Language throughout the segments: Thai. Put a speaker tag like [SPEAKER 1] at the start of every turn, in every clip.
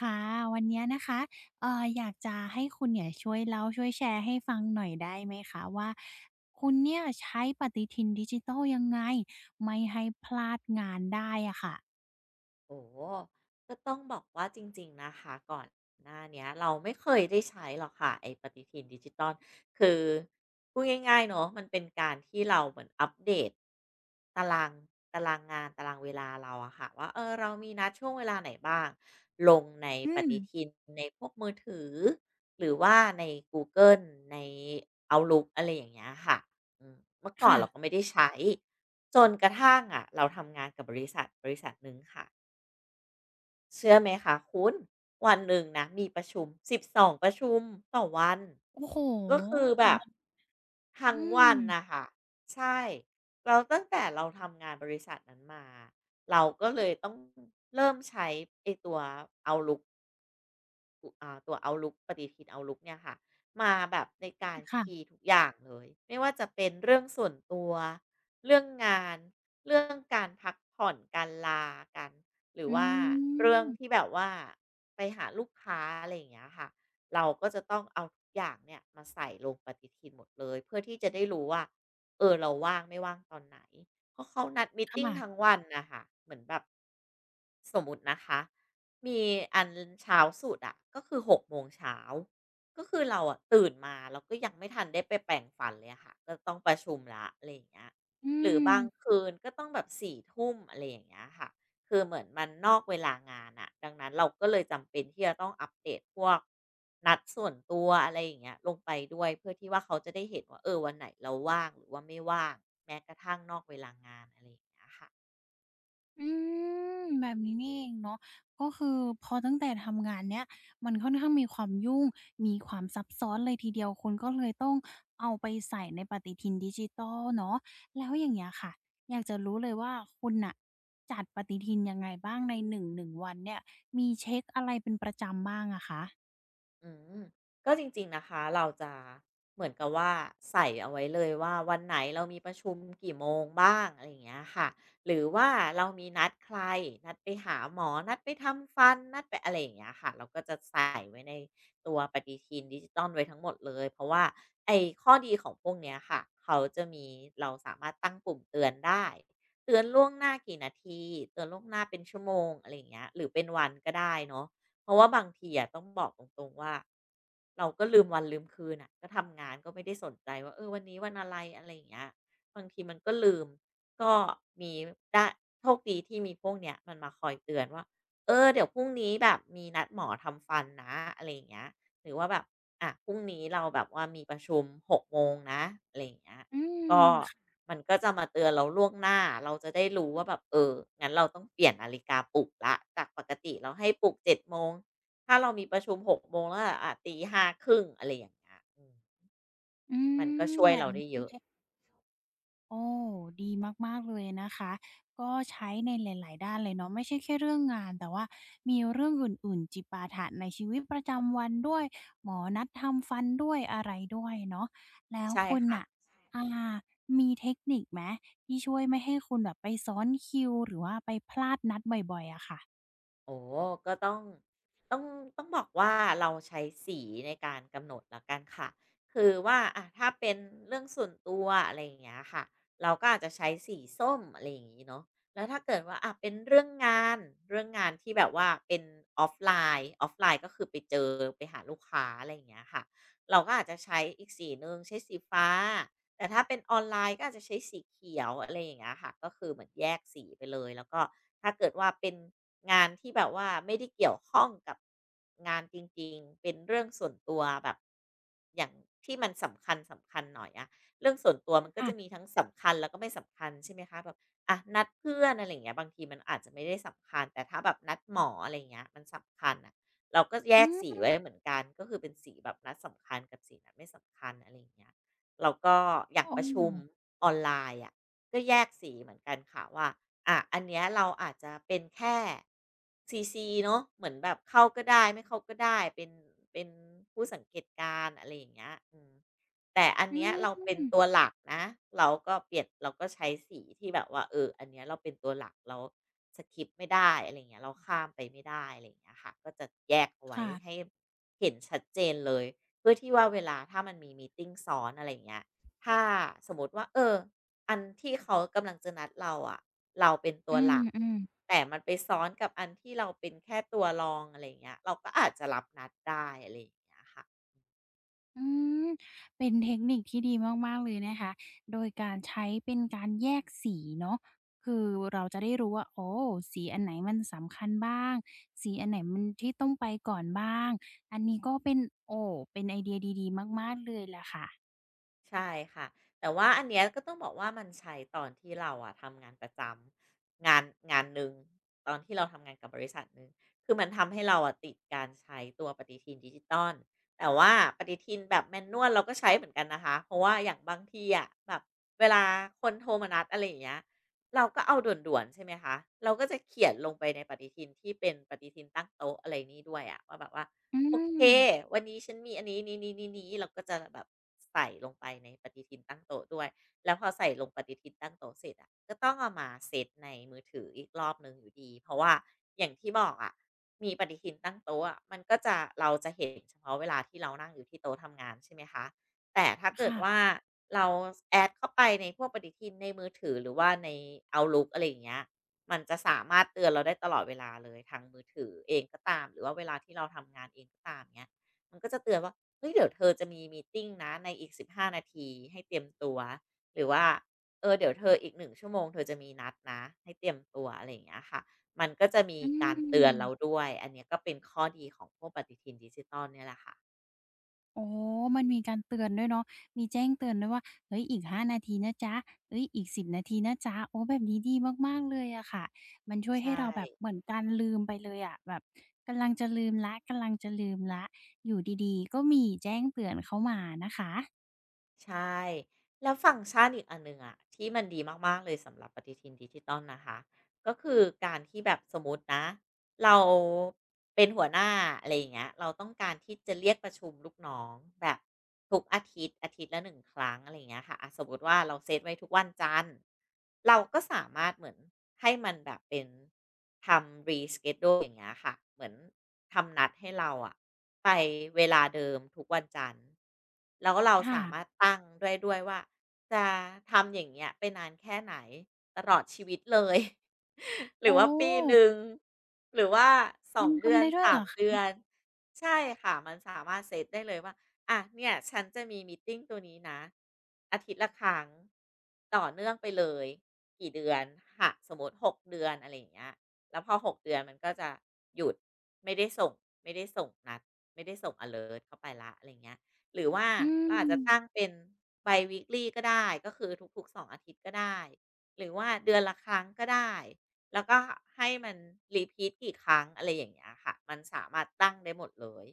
[SPEAKER 1] ค่ะวันเนี้ยนะคะอยากจะให้คุณเนี่ยช่วยเล่าช่วยแชร์ให้ฟังหน่อยได้ไหมคะว่าคุณเนี่ยใช้ปฏิทินดิจิทัลยังไงไม่ให้พลาดงานได้อะค่ะ
[SPEAKER 2] โอ้โหก็ต้องบอกว่าจริงๆนะคะก่อนหน้าเนี้ยเราไม่เคยได้ใช้หรอกค่ะไอ้ปฏิทินดิจิตัลคือพูดง่ายๆเนอะมันเป็นการที่เราเหมือนอัปเดตตารางตารางงานตารางเวลาเราอะค่ะว่าเออเรามีนัดช่วงเวลาไหนบ้างลงใน
[SPEAKER 1] อื
[SPEAKER 2] ป
[SPEAKER 1] ม
[SPEAKER 2] ฏิทินในพวกมือถือหรือว่าในกูเกิลใน Outlook อะไรอย่างเงี้ยค่ะอืมเมื่อก่อน
[SPEAKER 1] ค่ะ
[SPEAKER 2] เราก็ไม่ได้ใช้จนกระทั่งอะเราทำงานกับบริษัทหนึ่งค่ะ เชื่อไหมคะคุณวันหนึ่งนะมีประชุมสิบสองประชุมต่อวัน
[SPEAKER 1] โอ้โฮ
[SPEAKER 2] ก็คือแบบ
[SPEAKER 1] มัน
[SPEAKER 2] ทั้
[SPEAKER 1] อื
[SPEAKER 2] งวันนะ
[SPEAKER 1] ม
[SPEAKER 2] ค่ะใช่แล้วตั้งแต่เราทำงานบริษัทนั้นมาเราก็เลยต้องเริ่มใช้ไอ้ตัวเอาลุก อุอ่าตัว Outlook ปฏิทิน Outlook เนี่ยค่ะมาแบบในการคีย์
[SPEAKER 1] ค่ะ
[SPEAKER 2] ทุกอย่างเลยไม่ว่าจะเป็นเรื่องส่วนตัวเรื่องงานเรื่องการพักผ่อนการลากันหรือ
[SPEAKER 1] อื
[SPEAKER 2] ว่าเรื่อง
[SPEAKER 1] ม
[SPEAKER 2] ที่แบบว่าไปหาลูกค้าอะไรอย่างเงี้ยค่ะเราก็จะต้องเอาทุกอย่างเนี่ยมาใส่ลงปฏิทินหมดเลยเพื่อที่จะได้รู้ว่าเออเราว่างไม่ว่างตอนไหนเพราะเขานัดมีตติง
[SPEAKER 1] ค่ะ
[SPEAKER 2] ทั้งวันนะคะเหมือนแบบสมมตินะคะ มีอันเช้าสุดอะก็คือ6โมงเช้าก็คือเราอะตื่นมาเราก็ยังไม่ทันได้ไปแปรงฟันเลยอะค่ะก็ต้องประชุมแล้วอะไรอย่างเงี้ย
[SPEAKER 1] อื
[SPEAKER 2] หรือ
[SPEAKER 1] ม
[SPEAKER 2] บางคืนก็ต้องแบบ4ทุ่มอะไรอย่างเงี้ยค่ะคือเหมือนมันนอกเวลางานอะดังนั้นเราก็เลยจำเป็นที่จะต้องอัปเดตพวกนัดส่วนตัวอะไรอย่างเงี้ยลงไปด้วยเพื่อที่ว่าเขาจะได้เห็นว่าเออวันไหนเราว่างหรือว่าไม่ว่างแม้กระทั่งนอกเวลางานอะไรอย่างเงี้ยค่ะ
[SPEAKER 1] อืมแบบนี้นี่เองเนาะก็คือพอตั้งแต่ทำงานเนี้ยมันค่อนข้างมีความยุ่งมีความซับซ้อนเลยทีเดียวคุณก็เลยต้องเอาไปใส่ในปฏิทินดิจิทัลเนาะแล้วอย่างเงี้ยค่ะอยากจะรู้เลยว่าคุณน่ะจัดปฏิทินยังไงบ้างในหนึ่งวันเนี่ยมีเช็กอะไรเป็นประจำบ้างอะคะ
[SPEAKER 2] อืมก็จริงๆนะคะเราจะเหมือนกับว่าใส่เอาไว้เลยว่าวันไหนเรามีประชุมกี่โมงบ้างอะไรอย่างเงี้ยค่ะหรือว่าเรามีนัดใครนัดไปหาหมอนัดไปทำฟันนัดไปอะไรอย่างเงี้ยค่ะเราก็จะใส่ไว้ในตัวปฏิทินดิจิตอลไว้ทั้งหมดเลยเพราะว่าไอ้ข้อดีของพวกเนี้ยค่ะเขาจะมีเราสามารถตั้งปุ่มเตือนได้เตือนล่วงหน้ากี่นาทีเตือนล่วงหน้าเป็นชั่วโมงอะไรอย่างเงี้ยหรือเป็นวันก็ได้เนาะ เพราะว่าบางทีอะต้องบอกตรงๆว่าเราก็ลืมวันลืมคืนน่ะก็ทำงานก็ไม่ได้สนใจว่าเออวันนี้วันอะไรอะไรอย่างเงี้ยบางทีมันก็ลืมก็มีได้โชคดีที่มีพวกเนี้ยมันมาคอยเตือนว่าเออเดี๋ยวพรุ่งนี้แบบมีนัดหมอทำฟันนะอะไรอย่างเงี้ยหรือว่าแบบอะพรุ่งนี้เราแบบว่ามีประชุม6โมงนะอะไรอย่างเงี้ย
[SPEAKER 1] อืม
[SPEAKER 2] ก็
[SPEAKER 1] ค่ะ
[SPEAKER 2] มันก็จะมาเตือนเราล่วงหน้า เราจะได้รู้ว่าแบบเออ งั้นเราต้องเปลี่ยนนาฬิกาปลุกแล้วจากปกติเราให้ปลุก7โมง ถ้าเรามีประชุม6โมงแล้วอ่ตี5ครึ่งอะไรอย่างเงี้ย
[SPEAKER 1] อื
[SPEAKER 2] มันก็
[SPEAKER 1] ม
[SPEAKER 2] ช่วย
[SPEAKER 1] แบบ
[SPEAKER 2] เรา
[SPEAKER 1] นี้
[SPEAKER 2] ได้เยอะ
[SPEAKER 1] โอ้ดีมากๆเลยนะคะก็ใช้ในหลายๆด้านเลยเนาะไม่ใช่แค่เรื่องงานแต่ว่ามีเรื่องอื่นๆจิปาถะในชีวิตประจำวันด้วยหมอนัดทำฟันด้วยอะไรด้วยเนาะ
[SPEAKER 2] ใช่ค่ะ
[SPEAKER 1] อ่ามีเทคนิคไหมที่ช่วยไม่ให้คุณแบบไปซ้อนคิวหรือว่าไปพลาดนัดบ่อยๆอะค่ะ
[SPEAKER 2] โอ้ก็ต้องต้องบอกว่าเราใช้สีในการกำหนดแล้วกันค่ะคือว่าอ่ะถ้าเป็นเรื่องส่วนตัวอะไรอย่างเงี้ยค่ะเราก็อาจจะใช้สีส้มอะไรอย่างงี้เนาะแล้วถ้าเกิดว่าอ่ะเป็นเรื่องงานเรื่องงานที่แบบว่าเป็นออฟไลออฟไลน์ก็คือไปเจอไปหาลูกค้าอะไรอย่างเงี้ยค่ะเราก็อาจจะใช้อีกสีหนึ่งใช้สีฟ้า แต่ถ้าเป็นออนไลน์ก็อาจจะใช้สีเขียวอะไรอย่างเงี้ยค่ะก็คือเหมือนแยกสีไปเลยแล้วก็ถ้าเกิดว่าเป็นงานที่แบบว่าไม่ได้เกี่ยวข้องกับงานจริงๆเป็นเรื่องส่วนตัวแบบอย่างที่มันสำคัญสำคัญหน่อยอะเรื่องส่วนตัวมันก็จะมี
[SPEAKER 1] ค่ะ
[SPEAKER 2] ทั้งสำคัญแล้วก็ไม่สำคัญใช่ไหมคะแบบอะนัดเพื่อนอะไรอย่างเงี้ยบางทีมันอาจจะไม่ได้สำคัญแต่ถ้าแบบนัดหมออะไรอย่างเงี้ยมันสำคัญอะเราก็แย
[SPEAKER 1] อื
[SPEAKER 2] กสี
[SPEAKER 1] ม
[SPEAKER 2] ไว้เหมือนกันก็คือเป็นสีแบบนัดสำคัญกับสีนัดไม่สำคัญอะไรอย่างเงี้ย แล้วก็อ
[SPEAKER 1] โอ
[SPEAKER 2] ย่างประชุม
[SPEAKER 1] ้
[SPEAKER 2] ออนไลน์อะก็แยกสีเหมือนกันค่ะว่าอ่าอันเนี้ยเราอาจจะเป็นแค่ CC เนาะเหมือนแบบเข้าก็ได้ไม่เข้าก็ได้เป็นผู้สังเกตการณ์อะไรอย่างเงี้ยแต่อัน
[SPEAKER 1] อื
[SPEAKER 2] เนี้ยเราเป็น
[SPEAKER 1] ม
[SPEAKER 2] ตัวหลักนะเราก็เปลี่ยนเราก็ใช้สีที่แบบว่าอันเนี้ยเราเป็นตัวหลักเราสกิปไม่ได้อะไรเงี้ยเราข้ามไปไม่ได้อะไรงเงี้ยค่ะก็จะแยกเอาไว้
[SPEAKER 1] ค่ะ
[SPEAKER 2] ให้เห็นชัดเจนเลย เพื่อที่ว่าเวลาถ้ามันมีมีตติงซ้อนอะไรอย่างเงี้ยถ้าสมมติว่าอันที่เขากำลังจะนัดเราอะเราเป็นตั
[SPEAKER 1] อื
[SPEAKER 2] วหลัก
[SPEAKER 1] มๆ
[SPEAKER 2] แต่มันไปซ้อนกับอันที่เราเป็นแค่ตัวรองอะไรอย่างเงี้ยเราก็อาจจะรับนัดได้อะไรอย่างเงี้ยค่ะ
[SPEAKER 1] อืม เป็นเทคนิคที่ดีมากๆเลยนะคะ โดยการใช้เป็นการแยกสีเนาะคือเราจะได้รู้ว่าโอ้สีอันไหนมันสำคัญบ้างสีอันไหนมันที่ต้องไปก่อนบ้างอันนี้ก็เป็นโอ้เป็นไอเดียดีๆมากๆเลยแหละค่ะ
[SPEAKER 2] ใช่ค่ะแต่ว่าอันเนี้ยก็ต้องบอกว่ามันใช้ตอนที่เราอะทำงานประจำงานหนึ่งตอนที่เราทำงานกับบริษัทหนึ่งคือมันทำให้เราอะติดการใช้ตัวปฏิทินดิจิตอลแต่ว่าปฏิทินแบบแมนนวลเราก็ใช้เหมือนกันนะคะเพราะว่าอย่างบางทีอะแบบเวลาคนโทรมานัดอะไรอย่างเงี้ยเราก็เอาด่วนๆใช่ไหมคะเราก็จะเขียนลงไปในปฏิทินที่เป็นปฏิทินตั้งโต๊ะอะไรนี้ด้วยอะว่าแบบว่า
[SPEAKER 1] อื
[SPEAKER 2] โอเค
[SPEAKER 1] ม
[SPEAKER 2] วันนี้ฉันมีอันนี้นี่เราก็จะแบบใส่ลงไปในปฏิทินตั้งโต๊ะด้วย แล้วพอใส่ลงปฏิทินตั้งโต๊ะเสร็จอะก็ต้องเอามาเซตในมือถืออีกรอบหนึ่งอยู่ดีเพราะว่าอย่างที่บอกอะมีปฏิทินตั้งโต๊ะอะมันก็จะเราจะเห็นเฉพาะเวลาที่เรานั่งอยู่ที่โต๊ะทำงานใช่ไหมคะ แต่ถ้าเกิด
[SPEAKER 1] ค่ะ
[SPEAKER 2] ว่าเราแ add เข้าไปในพวกปฏิทินในมือถือหรือว่าใน Outlook อะไรอย่างเงี้ย มันจะสามารถเตือนเราได้ตลอดเวลาเลยทางมือถือเองก็ตามหรือว่าเวลาที่เราทำงานเองก็ตามเงี้ยมันก็จะเตือนว่าเฮ้ยเดี๋ยวเธอจะมีมีตติงนะในอีก15 นาทีให้เตรียมตัวหรือว่าเดี๋ยวเธออีก1ชั่วโมงเธอจะมีนัดนะให้เตรียมตัวอะไรอย่างเงี้ยค่ะมันก็จะมี
[SPEAKER 1] อื
[SPEAKER 2] การเตื
[SPEAKER 1] ม
[SPEAKER 2] อนเราด้วยอันเนี้ยก็เป็นข้อดีของพวกปฏิทินดิจิทัลเนี่ยแหละค่ะ
[SPEAKER 1] โอ้อมันมีการเตือนด้วยเนาะมีแจ้งเตือนด้วยว่าเฮ้ยอีกห้านาทีนะจ๊ะเฮ้ยอีกสิบนาทีนะจ๊ะโอ้แบบนี้ดีมากๆเลยอะค่ะมันช่วยให้
[SPEAKER 2] ใช่
[SPEAKER 1] เราแบบเหมือนการลืมไปเลยอะแบบกำลังจะลืมแล้วกำลังจะลืมแล้วอยู่ดีๆก็มีแจ้งเตือนเข้ามานะคะ
[SPEAKER 2] ใช่แล้วฟังก์ชันอีกอันหนึ่งอะที่มันดีมากๆเลยสำหรับปฏิทินดิจิต้ลนะคะก็คือการที่แบบสมมตินะ เราเป็นหัวหน้าอะไรอย่างเงี้ยเราต้องการที่จะเรียกประชุมลูกน้องแบบทุกอาทิตย์อาทิตย์ละหนึ่งครั้งอะไรอย่างเงี้ยค่ะอะสมมุติว่าเราเซตไว้ทุกวันจันทร์เราก็สามารถเหมือนให้มันแบบเป็นทำ reschedule อย่างเงี้ยค่ะเหมือนทำนัดให้เราอะไปเวลาเดิมทุกวันจันทร์แล้วเราสามารถ
[SPEAKER 1] ค่ะ
[SPEAKER 2] ตั้งด้วยว่าจะทำอย่างเงี้ยไปนานแค่ไหนตลอดชีวิตเลย ห
[SPEAKER 1] โอ
[SPEAKER 2] รือว่าปีห
[SPEAKER 1] ้
[SPEAKER 2] นึ่งหรือว่าส
[SPEAKER 1] มั
[SPEAKER 2] อ
[SPEAKER 1] น
[SPEAKER 2] งเดื
[SPEAKER 1] ทำ
[SPEAKER 2] อน
[SPEAKER 1] ได้ด้วย
[SPEAKER 2] สา
[SPEAKER 1] เหร
[SPEAKER 2] ม
[SPEAKER 1] อคะ
[SPEAKER 2] เดือนใช่ค่ะมันสามารถเซตได้เลยว่าอ่ะเนี่ยฉันจะมีมีตติงตัวนี้นะอาทิตย์ละครั้งต่อเนื่องไปเลยกี่เดือนหะสมมติ6เดือนอะไรอย่างเงี้ยแล้วพอ6เดือนมันก็จะหยุดไม่ได้ส่งไม่ได้ส่งนัดไม่ได้ส่งอะเล t เข้าไปแล้วอะไรอย่างเงี้ยหรือว่า
[SPEAKER 1] อื
[SPEAKER 2] เราอาจจะตั้ง
[SPEAKER 1] ม
[SPEAKER 2] เป็น bi-weekly ก็ได้ก็คือทุกๆ2 อาทิตย์ก็ได้หรือว่าเดือนละครั้งก็ได้ แล้วก็ให้มันรีพีทกี่ครั้งอะไรอย่างเงี้ยค่ะ มันสามารถตั้งได้หมดเลย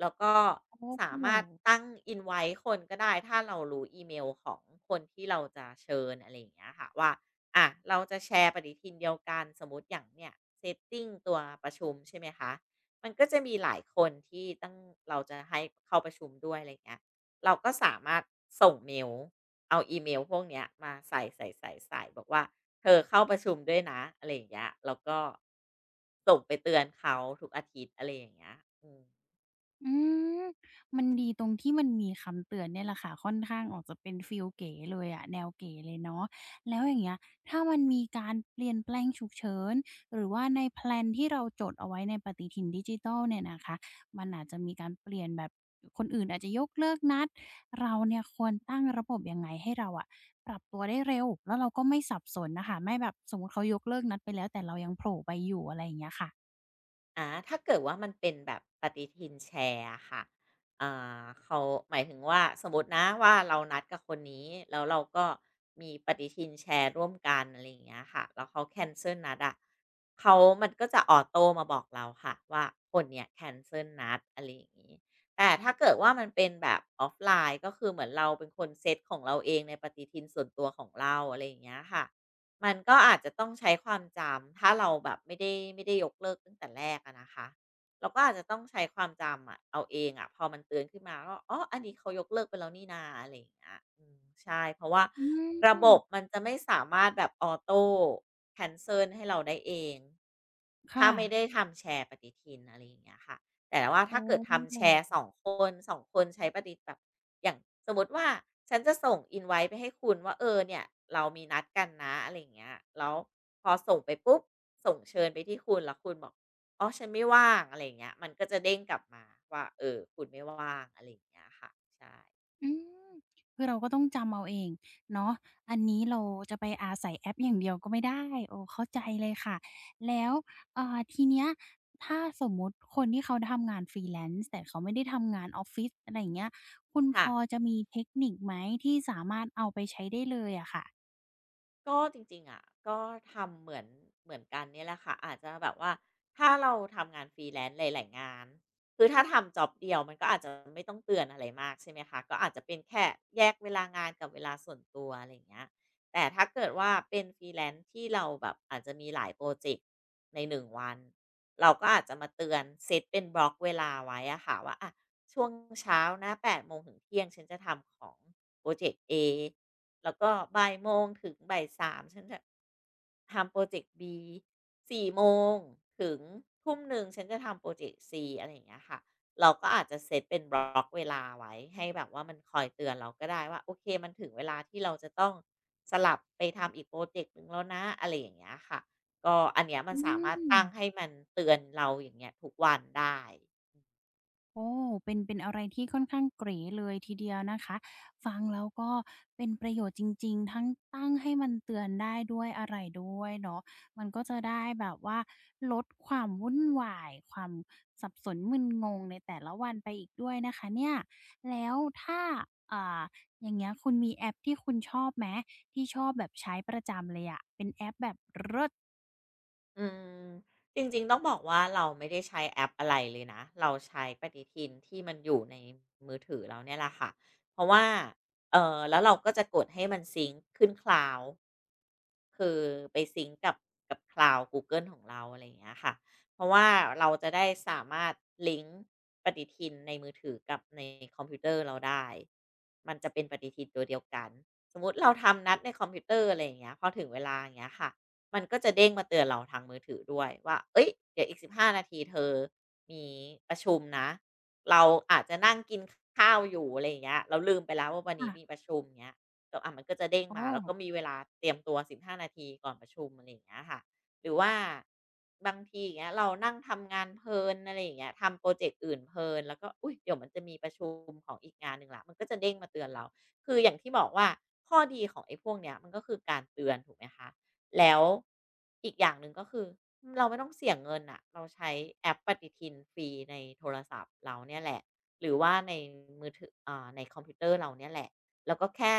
[SPEAKER 2] แล้วก็
[SPEAKER 1] โอ้โฮ
[SPEAKER 2] สามารถตั้งอินไว t e คนก็ได้ ถ้าเรารู้อีเมลของคนที่เราจะเชิญอะไรอย่างเงี้ยค่ะว่า อ่ะ เราจะแชร์ปฏิทินเดียวกันสมมติอย่างเนี่ยเซตต i n g ตัวประชุมใช่ไหมคะ มันก็จะมีหลายคนที่ตั้งเราจะให้เข้าประชุมด้วยอะไรเงี้ยเราก็สามารถส่งเมลเอาอีเมลพวกเนี้ยมาใส่บอกว่า เธอเข้าประชุมด้วยนะอะไรอย่างเงี้ยแล้วก็ส่งไปเตือนเขาทุกอาทิตย์อะไรอย่างเงี้ยอืม
[SPEAKER 1] อืมมันดีตรงที่มันมีคำเตือนเนี่ยแหละค่ะค่อนข้างออกจะเป็นฟีลเก๋เลยอะแนวเก๋เลยเนาะแล้วอย่างเงี้ยถ้ามันมีการเปลี่ยนแปลงฉุกเฉินหรือว่าในแพลนที่เราจดเอาไว้ในปฏิทินดิจิทัลเนี่ยนะคะมันอาจจะมีการเปลี่ยนแบบคนอื่นอาจจะยกเลิกนัดเราเนี่ยควรตั้งระบบยังไงให้เราอะปรับตัวได้เร็วแล้วเราก็ไม่สับสนน่ะค่ะไม่แบบสมมุติเขายกเลิกนัดไปแล้วแต่เรายังโผล่ไปอยู่อะไรอย่างเงี้ยค่ะ
[SPEAKER 2] ถ้าเกิดว่ามันเป็นแบบปฏิทินแชร์อะค่ะอ่เขาหมายถึงว่าสมมตินะว่าเรานัดกับคนนี้ แล้วเราก็มีปฏิทินแชร์ร่วมกันอะไรอย่างเงี้ยค่ะแล้วเขาแคนเซิลนัดอะเขามันก็จะออโตมาบอกเราค่ะว่าคนเนี้ยแคนเซิลนัดอะไรอย่างงี้แต่ถ้าเกิดว่ามันเป็นแบบออฟไลน์ก็คือเหมือนเราเป็นคนเซตของเราเองในปฏิทินส่วนตัวของเราอะไรอย่างเงี้ยค่ะ มันก็อาจจะต้องใช้ความจำถ้าเราแบบไม่ได้ยกเลิกตั้งแต่แรกอะนะคะเราก็อาจจะต้องใช้ความจำอะเอาเองอะพอมันเตือนขึ้นมาก็อ๋ออันนี้เขายกเลิกไปแล้วนี่นาอะไรอย่างเงี้ยอืมใช่เพราะว่า
[SPEAKER 1] อื
[SPEAKER 2] ระบ
[SPEAKER 1] ม
[SPEAKER 2] บมันจะไม่สามารถแบบออโตแคนเซิลให้เราได้เองถ้า
[SPEAKER 1] ค่ะ
[SPEAKER 2] ไม่ได้ทำแชร์ปฏิทินอะไรอย่างเงี้ยค่ะ แต่ว่า
[SPEAKER 1] โอ
[SPEAKER 2] ถ้าเกิดทำแช
[SPEAKER 1] ้
[SPEAKER 2] ร์สองคนใช้ประิฐแบบอย่างสมมติว่าฉันจะส่งอินไว้ไปให้คุณว่าเออเนี่ยเรามีนัดกันนะอะไรอย่างเงี้ยแล้วพอส่งไปปุ๊บส่งเชิญไปที่คุณแล้วคุณบอกอ๋อฉันไม่ว่างอะไรอย่างเงี้ยมันก็จะเด้งกลับมาว่าเออคุณไม่ว่างอะไรอย่างเงี้ยค่ะใช่
[SPEAKER 1] อืมคือเราก็ต้องจำเอาเองเนาะอันนี้เราจะไปอาศัยแอปอย่างเดียวก็ไม่ได้โอ้เข้าใจเลยค่ะแล้วทีเนี้ยถ้าสมมุติคนที่เขาทำงาน Freelance แต่เขาไม่ได้ทำงานออฟฟิศอะไรอย่างเงี้ยคุณพ
[SPEAKER 2] ค่ะ
[SPEAKER 1] อจะมีเทคนิคไหมที่สามารถเอาไปใช้ได้เลยอะค่ะ
[SPEAKER 2] ก็จริงๆอะก็ทำเหมือนเหมือนกันเนี่ยแหละค่ะ อาจจะแบบว่าถ้าเราทำงาน freelance หลายๆงานคือถ้าทำจ็อบเดียวมันก็อาจจะไม่ต้องเตือนอะไรมากใช่ไหมคะก็อาจจะเป็นแค่แยกเวลางานกับเวลาส่วนตัวอะไรอย่างเงี้ยแต่ถ้าเกิดว่าเป็น freelance ที่เราแบบอาจจะมีหลายพรอเจกต์ในหนึ่งวัน เราก็อาจจะมาเตือนเซตเป็นบล็อกเวลาไว้อะค่ะว่าอะช่วงเช้านะแปดโมงถึงเที่ยงฉันจะทำของพรอเจกต์ A แล้วก็บ่ายโมงถึงบ่ายสามฉันจะทำโปรเจกต์ B สี่โมงถึงทุ่มหนึ่งฉันจะทำพรเจกต์ C อะไรอย่างเงี้ยค่ะเราก็อาจจะเซตเป็นบล็อกเวลาไว้ให้แบบว่ามันคอยเตือนเราก็ได้ว่าโอเคมันถึงเวลาที่เราจะต้องสลับไปทำอีกโปรเจกต์หนึ่งแล้วนะอะไรอย่างเงี้ยค่ะก็อันเนี้ยมั
[SPEAKER 1] อื
[SPEAKER 2] นสามารถตั้งให้
[SPEAKER 1] ม
[SPEAKER 2] มันเตือนเราอย่างเงี้ยทุกวันได้
[SPEAKER 1] โอ้เป็นเป็นอะไรที่ค่อนข้างเก๋เลยทีเดียวนะคะฟังแล้วก็เป็นประโยชน์จริงๆทั้งตั้งให้มันเตือนได้ด้วยอะไรด้วยเนาะมันก็จะได้แบบว่าลดความวุ่นวาย ความสับสนมึนงงในแต่ละวันไปอีกด้วยนะคะเนี่ยแล้วถ้าอ่าอย่างเงี้ยคุณมีแอปที่คุณชอบไหม ที่ชอบแบบใช้ประจำเลยอะ เป็นแอปแบบเลิศ
[SPEAKER 2] อืมจริงๆต้องบอกว่าเราไม่ได้ใช้แอปอะไรเลยนะเราใช้ปฏิทินที่มันอยู่ในมือถือเราเนี่ยแหละค่ะเพราะว่าเออแล้วเราก็จะกดให้มันซิงค์ขึ้นค l าวคือไปซิงก์กับกับคลาว d กูเกิลของเราอะไรอย่างเงี้ยค่ะเพราะว่าเราจะได้สามารถลิงก์ปฏิทินในมือถือกับในคอมพิวเตอร์เราได้มันจะเป็นปฏิทินตัวเดียวกันสมมติเราทำนัดในคอมพิวเตอร์อะไรอย่างเงี้ยพอถึงเวลาอย่างเงี้ยค่ะ มันก็จะเด้งมาเตือนเราทางมือถือด้วยว่าเอ้ย เดี๋ยวอีก15นาทีเธอมีประชุมนะเราอาจจะนั่งกินข้าวอยู่อะไรอย่างเงี้ยเราลืมไปแล้วว่าวัน
[SPEAKER 1] ค่ะ
[SPEAKER 2] นี้มีประชุมเงี้ยแต่อ่ะมันก็จะเด้ง
[SPEAKER 1] อ้อ
[SPEAKER 2] มาแล้วก็มีเวลาเตรียมตัวสิบห้านาทีก่อนประชุมอะไรอย่างเงี้ยค่ะหรือว่าบางทีอย่างเงี้ยเรานั่งทำงานเพลินอะไรอย่างเงี้ยทำโปรเจกต์อื่นเพลินแล้วก็อุ๊ยเดี๋ยวมันจะมีประชุมของอีกงานหนึ่งแล้วมันก็จะเด้งมาเตือนเราคืออย่างที่บอกว่าข้อดีของไอ้พวกเนี้ยมันก็คือการเตือนถูกไหมคะ แล้วอีกอย่างหนึ่งก็คือเราไม่ต้องเสียงเงินน่ะเราใช้แอปปฏิทินฟรีในโทรศัพท์เราเนี่ยแหละหรือว่าในมือถืออ่าในคอมพิวเตอร์เราเนี่ยแหละแล้วก็แค่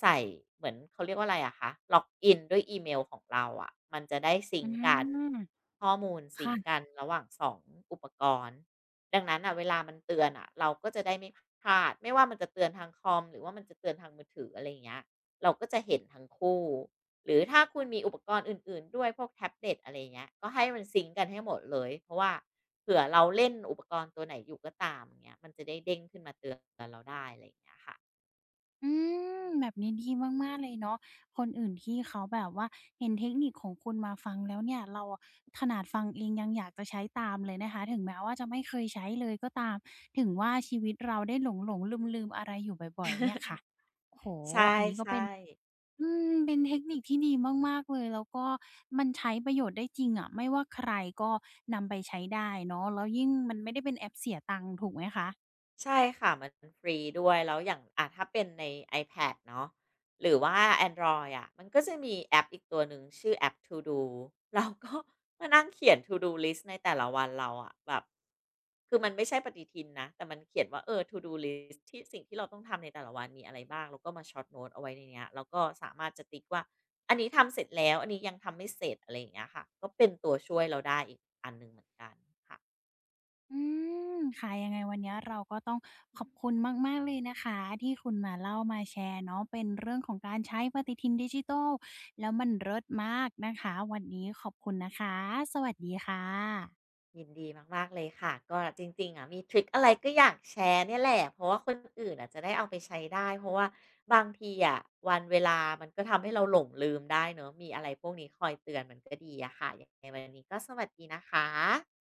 [SPEAKER 2] ใส่เหมือนเขาเรียกว่าอะไรอะคะล็อกอินด้วยอีเมลของเราอะมันจะได้ซิ
[SPEAKER 1] อื
[SPEAKER 2] งก์กัน
[SPEAKER 1] ม
[SPEAKER 2] ข้อมูลซิงก์กั
[SPEAKER 1] ค่ะ
[SPEAKER 2] นระหว่างสองอุปกรณ์ดังนั้นอ่ะเวลามันเตือนอ่ะเราก็จะได้ไม่พลาดไม่ว่ามันจะเตือนทางคอมหรือว่ามันจะเตือนทางมือถืออะไรอย่างเงี้ยเราก็จะเห็นทั้งคู่ หรือถ้าคุณมีอุปกรณ์อื่นๆด้วยพวกแท็บเล็ตอะไรเงี้ยก็ให้มันซิงก์กันให้หมดเลยเพราะว่าเผื่อเราเล่นอุปกรณ์ตัวไหนอยู่ก็ตามอย่างเงี้ยมันจะได้เด้งขึ้นมาเตือนเราได้อะไรอย่างเงี้ยค่ะ
[SPEAKER 1] อืมแบบนี้ดีมากๆเลยเนาะคนอื่นที่เขาแบบว่าเห็นเทคนิคของคุณมาฟังแล้วเนี่ยเราอะขนาดฟังเองยังอยากจะใช้ตามเลยนะคะถึงแม้ว่าจะไม่เคยใช้เลยก็ตามถึงว่าชีวิตเราได้หลงๆลืมๆอะไรอยู่บ่อยๆเนี่ยค่ะโอ้โฮ
[SPEAKER 2] ใช
[SPEAKER 1] อันนี้ก็เป็น
[SPEAKER 2] ่ๆ
[SPEAKER 1] อืมเป็นเทคนิคที่ดีมากๆเลยแล้วก็มันใช้ประโยชน์ได้จริงอะไม่ว่าใครก็นำไปใช้ได้เนาะแล้วยิ่งมันไม่ได้เป็นแอปเสียตังค์ถูกไหมคะ
[SPEAKER 2] ใช่ค่ะมันฟรีด้วยแล้วอย่างอ่าถ้าเป็นใน iPad เนาะหรือว่าแอนดรอยอะมันก็จะมีแอปอีกตัวหนึ่งชื่อแอป To Do เราก็มานั่งเขียน To Do list ในแต่ละวันเราอะแบบคือมันไม่ใช่ปฏิทินนะแต่มันเขียนว่าเออ To Do list ที่สิ่งที่เราต้องทำในแต่ละวันมีอะไรบ้างแล้วก็มาช็อตโน้ตเอาไว้ในเนี้ยแล้วก็สามารถจะติ๊กว่าอันนี้ทำเสร็จแล้วอันนี้ยังทำไม่เสร็จอะไรอย่างเงี้ยค่ะก็เป็นตัวช่วยเราได้อีกอันหนึ่งเหมือนกันค่ะ
[SPEAKER 1] อืมค่ะยังไงวันนี้เราก็ต้องขอบคุณมากๆเลยนะคะที่คุณมาเล่ามาแชร์เนาะเป็นเรื่องของการใช้ปฏิทินดิจิทัลแล้วมันเลิศมากนะคะวันนี้ขอบคุณนะคะสวัสดีค่ะ
[SPEAKER 2] ยินดีมากๆเลยค่ะก็จริงๆอะมีทริกอะไรก็อยากแชร์เนี่ยแหละเพราะว่าคนอื่นอะจะได้เอาไปใช้ได้เพราะว่าบางทีอะวันเวลามันก็ทำให้เราหลงลืมได้เนาะมีอะไรพวกนี้คอยเตือนมันก็ดีอะค่ะยังไงวันนี้ก็สวัสดีนะคะ